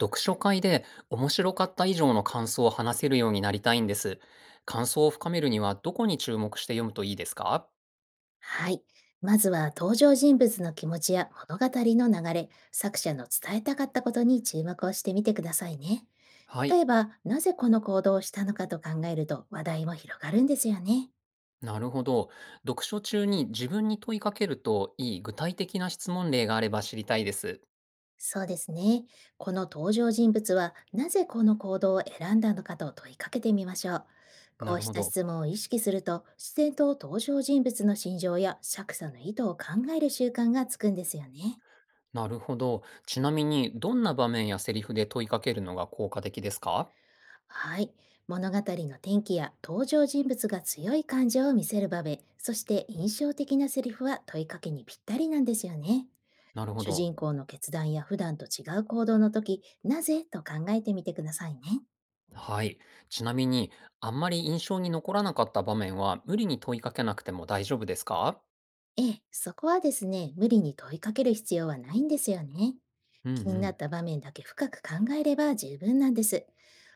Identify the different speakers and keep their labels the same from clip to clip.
Speaker 1: 読書会で面白かった以上の感想を話せるようになりたいんです。感想を深めるにはどこに注目して読むといいですか？
Speaker 2: はい。まずは登場人物の気持ちや物語の流れ、作者の伝えたかったことに注目をしてみてくださいね。
Speaker 1: はい。
Speaker 2: 例えば、なぜこの行動をしたのかと考えると話題も広がるんですよね。
Speaker 1: なるほど。読書中に自分に問いかけるといい具体的な質問例があれば知りたいです。
Speaker 2: そうですね。この登場人物はなぜこの行動を選んだのかと問いかけてみましょう。
Speaker 1: な
Speaker 2: こう
Speaker 1: る
Speaker 2: し
Speaker 1: ほ
Speaker 2: た
Speaker 1: ど。
Speaker 2: 質問を意識すると、自然と登場人物の心情や作者の意図を考える習慣がつくんですよね。
Speaker 1: なるほど。ちなみに、どんな場面やセリフで問いかけるのが効果的ですか？
Speaker 2: はい。物語の転機や登場人物が強い感情を見せる場面、そして印象的なセリフは問いかけにぴったりなんですよね。
Speaker 1: なるほ
Speaker 2: 主
Speaker 1: ど。
Speaker 2: 人公の決断や普段と違う行動の時、なぜと考えてみてくださいね。
Speaker 1: はい。ちなみに、あんまり印象に残らなかった場面は無理に問いかけなくても大丈夫ですか？
Speaker 2: ええ、そこはですね、無理に問いかける必要はないんですよね。
Speaker 1: うんう
Speaker 2: 気にな
Speaker 1: ん。
Speaker 2: った場面だけ深く考えれば十分なんです。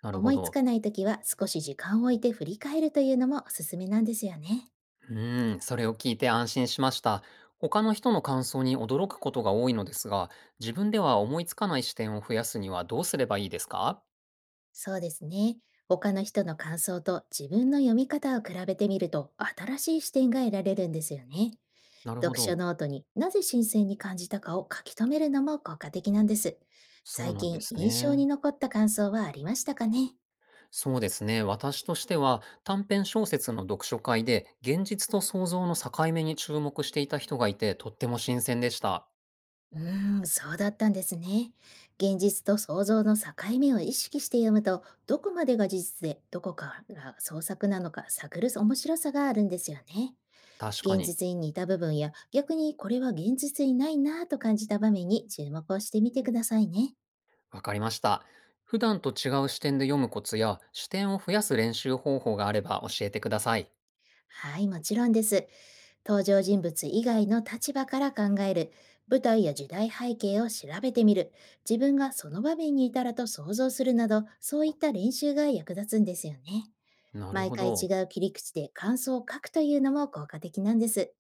Speaker 1: なるほ
Speaker 2: 思いつ
Speaker 1: ど。
Speaker 2: かない時は少し時間を置いて振り返るというのもおすすめなんですよね。
Speaker 1: うーん、それを聞いて安心しました。他の人の感想に驚くことが多いのですが、自分では思いつかない視点を増やすにはどうすればいいですか？
Speaker 2: そうですね。他の人の感想と自分の読み方を比べてみると新しい視点が得られるんですよね。
Speaker 1: なるほ
Speaker 2: 読書
Speaker 1: ど。
Speaker 2: ノートになぜ新鮮に感じたかを書き留めるのも効果的なんです。
Speaker 1: そう
Speaker 2: 最
Speaker 1: なんで
Speaker 2: 近
Speaker 1: す
Speaker 2: 印象
Speaker 1: ね。
Speaker 2: に残った感想はありましたかね？
Speaker 1: そうですね。私としては短編小説の読書会で現実と想像の境目に注目していた人がいてとっても新鮮でした。
Speaker 2: うーん、そうだったんですね。現実と想像の境目を意識して読むと、どこまでが事実で、どこからが創作なのか探る面白さがあるんですよね。
Speaker 1: 確か
Speaker 2: 現
Speaker 1: に。
Speaker 2: 実に似た部分や、逆にこれは現実にないなぁと感じた場面に注目をしてみてくださいね。
Speaker 1: わかりました。普段と違う視点で読むコツや視点を増やす練習方法があれば教えてください。
Speaker 2: はい、もちろんです。登場人物以外の立場から考える、舞台や時代背景を調べてみる、自分がその場面にいたらと想像するなど、そういった練習が役立つんですよね。
Speaker 1: なる
Speaker 2: 毎
Speaker 1: ほ
Speaker 2: 回
Speaker 1: ど。
Speaker 2: 違う切り口で感想を書くというのも効果的なんです。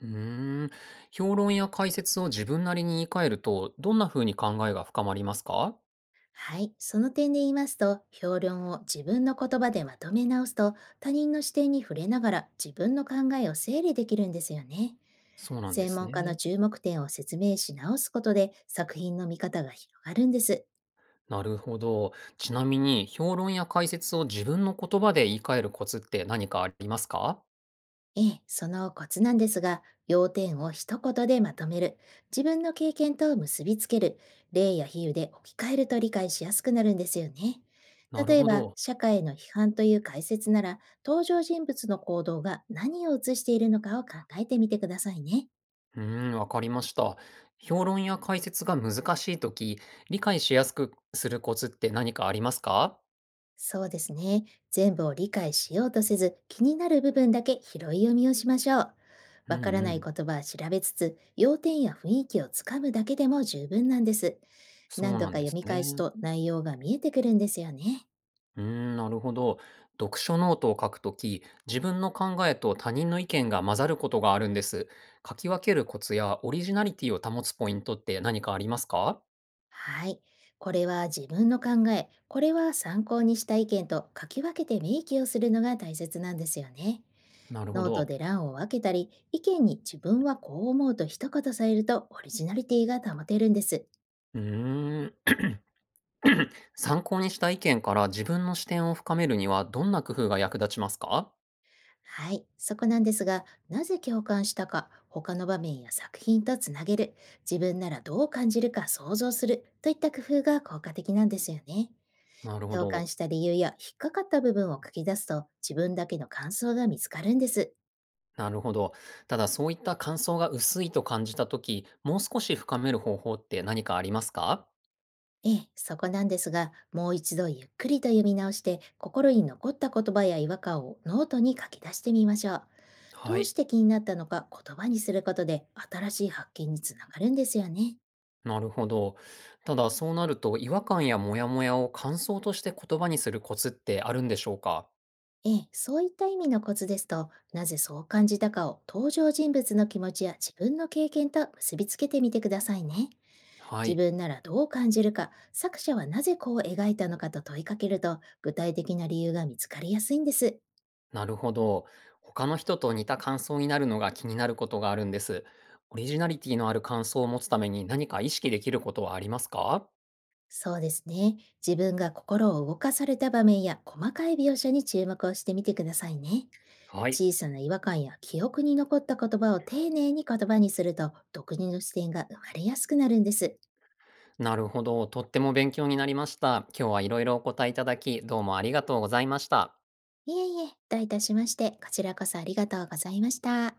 Speaker 1: うーん、評論や解説を自分なりに言い換えると、どんな風に考えが深まりますか？
Speaker 2: はい、その点で言いますと、評論を自分の言葉でまとめ直すと、他人の視点に触れながら自分の考えを整理できるんですよね。
Speaker 1: そうなんで
Speaker 2: 専
Speaker 1: す
Speaker 2: 門家の
Speaker 1: ね。
Speaker 2: 注目点を説明し直すことで、作品の見方が広がるんです。
Speaker 1: なるほど。ちなみに、評論や解説を自分の言葉で言い換えるコツって何かありますか？
Speaker 2: ええ、そのコツなんですが、要点を一言でまとめる、自分の経験と結びつける、例や比喩で置き換えると理解しやすくなるんですよね。
Speaker 1: なる
Speaker 2: 例え
Speaker 1: ほ
Speaker 2: ば、
Speaker 1: ど。
Speaker 2: 社会の批判という解説なら、登場人物の行動が何を映しているのかを考えてみてくださいね。
Speaker 1: うーん、わかりました。評論や解説が難しいとき、理解しやすくするコツって何かありますか？
Speaker 2: そうですね。全部を理解しようとせず、気になる部分だけ拾い読みをしましょう。
Speaker 1: うん
Speaker 2: わから
Speaker 1: う
Speaker 2: ない言
Speaker 1: ん。
Speaker 2: 葉は調べつつ、要点や雰囲気をつかむだけでも十分なんです。
Speaker 1: そう
Speaker 2: 何度
Speaker 1: なん
Speaker 2: か
Speaker 1: で
Speaker 2: 読
Speaker 1: す
Speaker 2: み返す
Speaker 1: ね。
Speaker 2: と内容が見えてくるんですよね。
Speaker 1: うーん、なるほど。読書ノートを書くとき、自分の考えと他人の意見が混ざることがあるんです。書き分けるコツやオリジナリティを保つポイントって何かありますか？
Speaker 2: はい。これは自分の考え、これは参考にした意見と書き分けて明記をするのが大切なんですよね。
Speaker 1: なるほ
Speaker 2: ノート
Speaker 1: ど。
Speaker 2: で欄を分けたり、意見に自分はこう思うと一言添えるとオリジナリティが保てるんです。
Speaker 1: うーん。参考にした意見から自分の視点を深めるにはどんな工夫が役立ちますか？
Speaker 2: はい、そこなんですが、なぜ共感したか、他の場面や作品とつなげる、自分ならどう感じるか想像するといった工夫が効果的なんですよね。
Speaker 1: なるほ
Speaker 2: 共感
Speaker 1: ど。
Speaker 2: した理由や引っかかった部分を書き出すと自分だけの感想が見つかるんです。
Speaker 1: なるほど。ただそういった感想が薄いと感じたとき、もう少し深める方法って何かありますか？
Speaker 2: ええ、そこなんですが、もう一度ゆっくりと読み直して、心に残った言葉や違和感をノートに書き出してみましょう。ど
Speaker 1: は
Speaker 2: うし
Speaker 1: い。
Speaker 2: て気になったのか言葉にすることで新しい発見につながるんですよね。
Speaker 1: なるほど。ただ、そうなると、違和感やモヤモヤを感想として言葉にするコツってあるんでしょうか？
Speaker 2: ええ、そういった意味のコツですと、なぜそう感じたかを登場人物の気持ちや自分の経験と結びつけてみてくださいね。
Speaker 1: は
Speaker 2: 自
Speaker 1: い。
Speaker 2: 分ならどう感じるか、作者はなぜこう描いたのかと問いかけると、具体的な理由が見つかりやすいんです。
Speaker 1: なるほど。他の人と似た感想になるのが気になることがあるんです。オリジナリティのある感想を持つために何か意識できることはありますか？
Speaker 2: そうですね。自分が心を動かされた場面や細かい描写に注目をしてみてくださいね。
Speaker 1: はい。
Speaker 2: 小さな違和感や記憶に残った言葉を丁寧に言葉にすると、独自の視点が生まれやすくなるんです。
Speaker 1: なるほど。とっても勉強になりました。今日はいろいろお答えいただき、どうもありがとうございました。
Speaker 2: いえいえ、どういたしまして、こちらこそありがとうございました。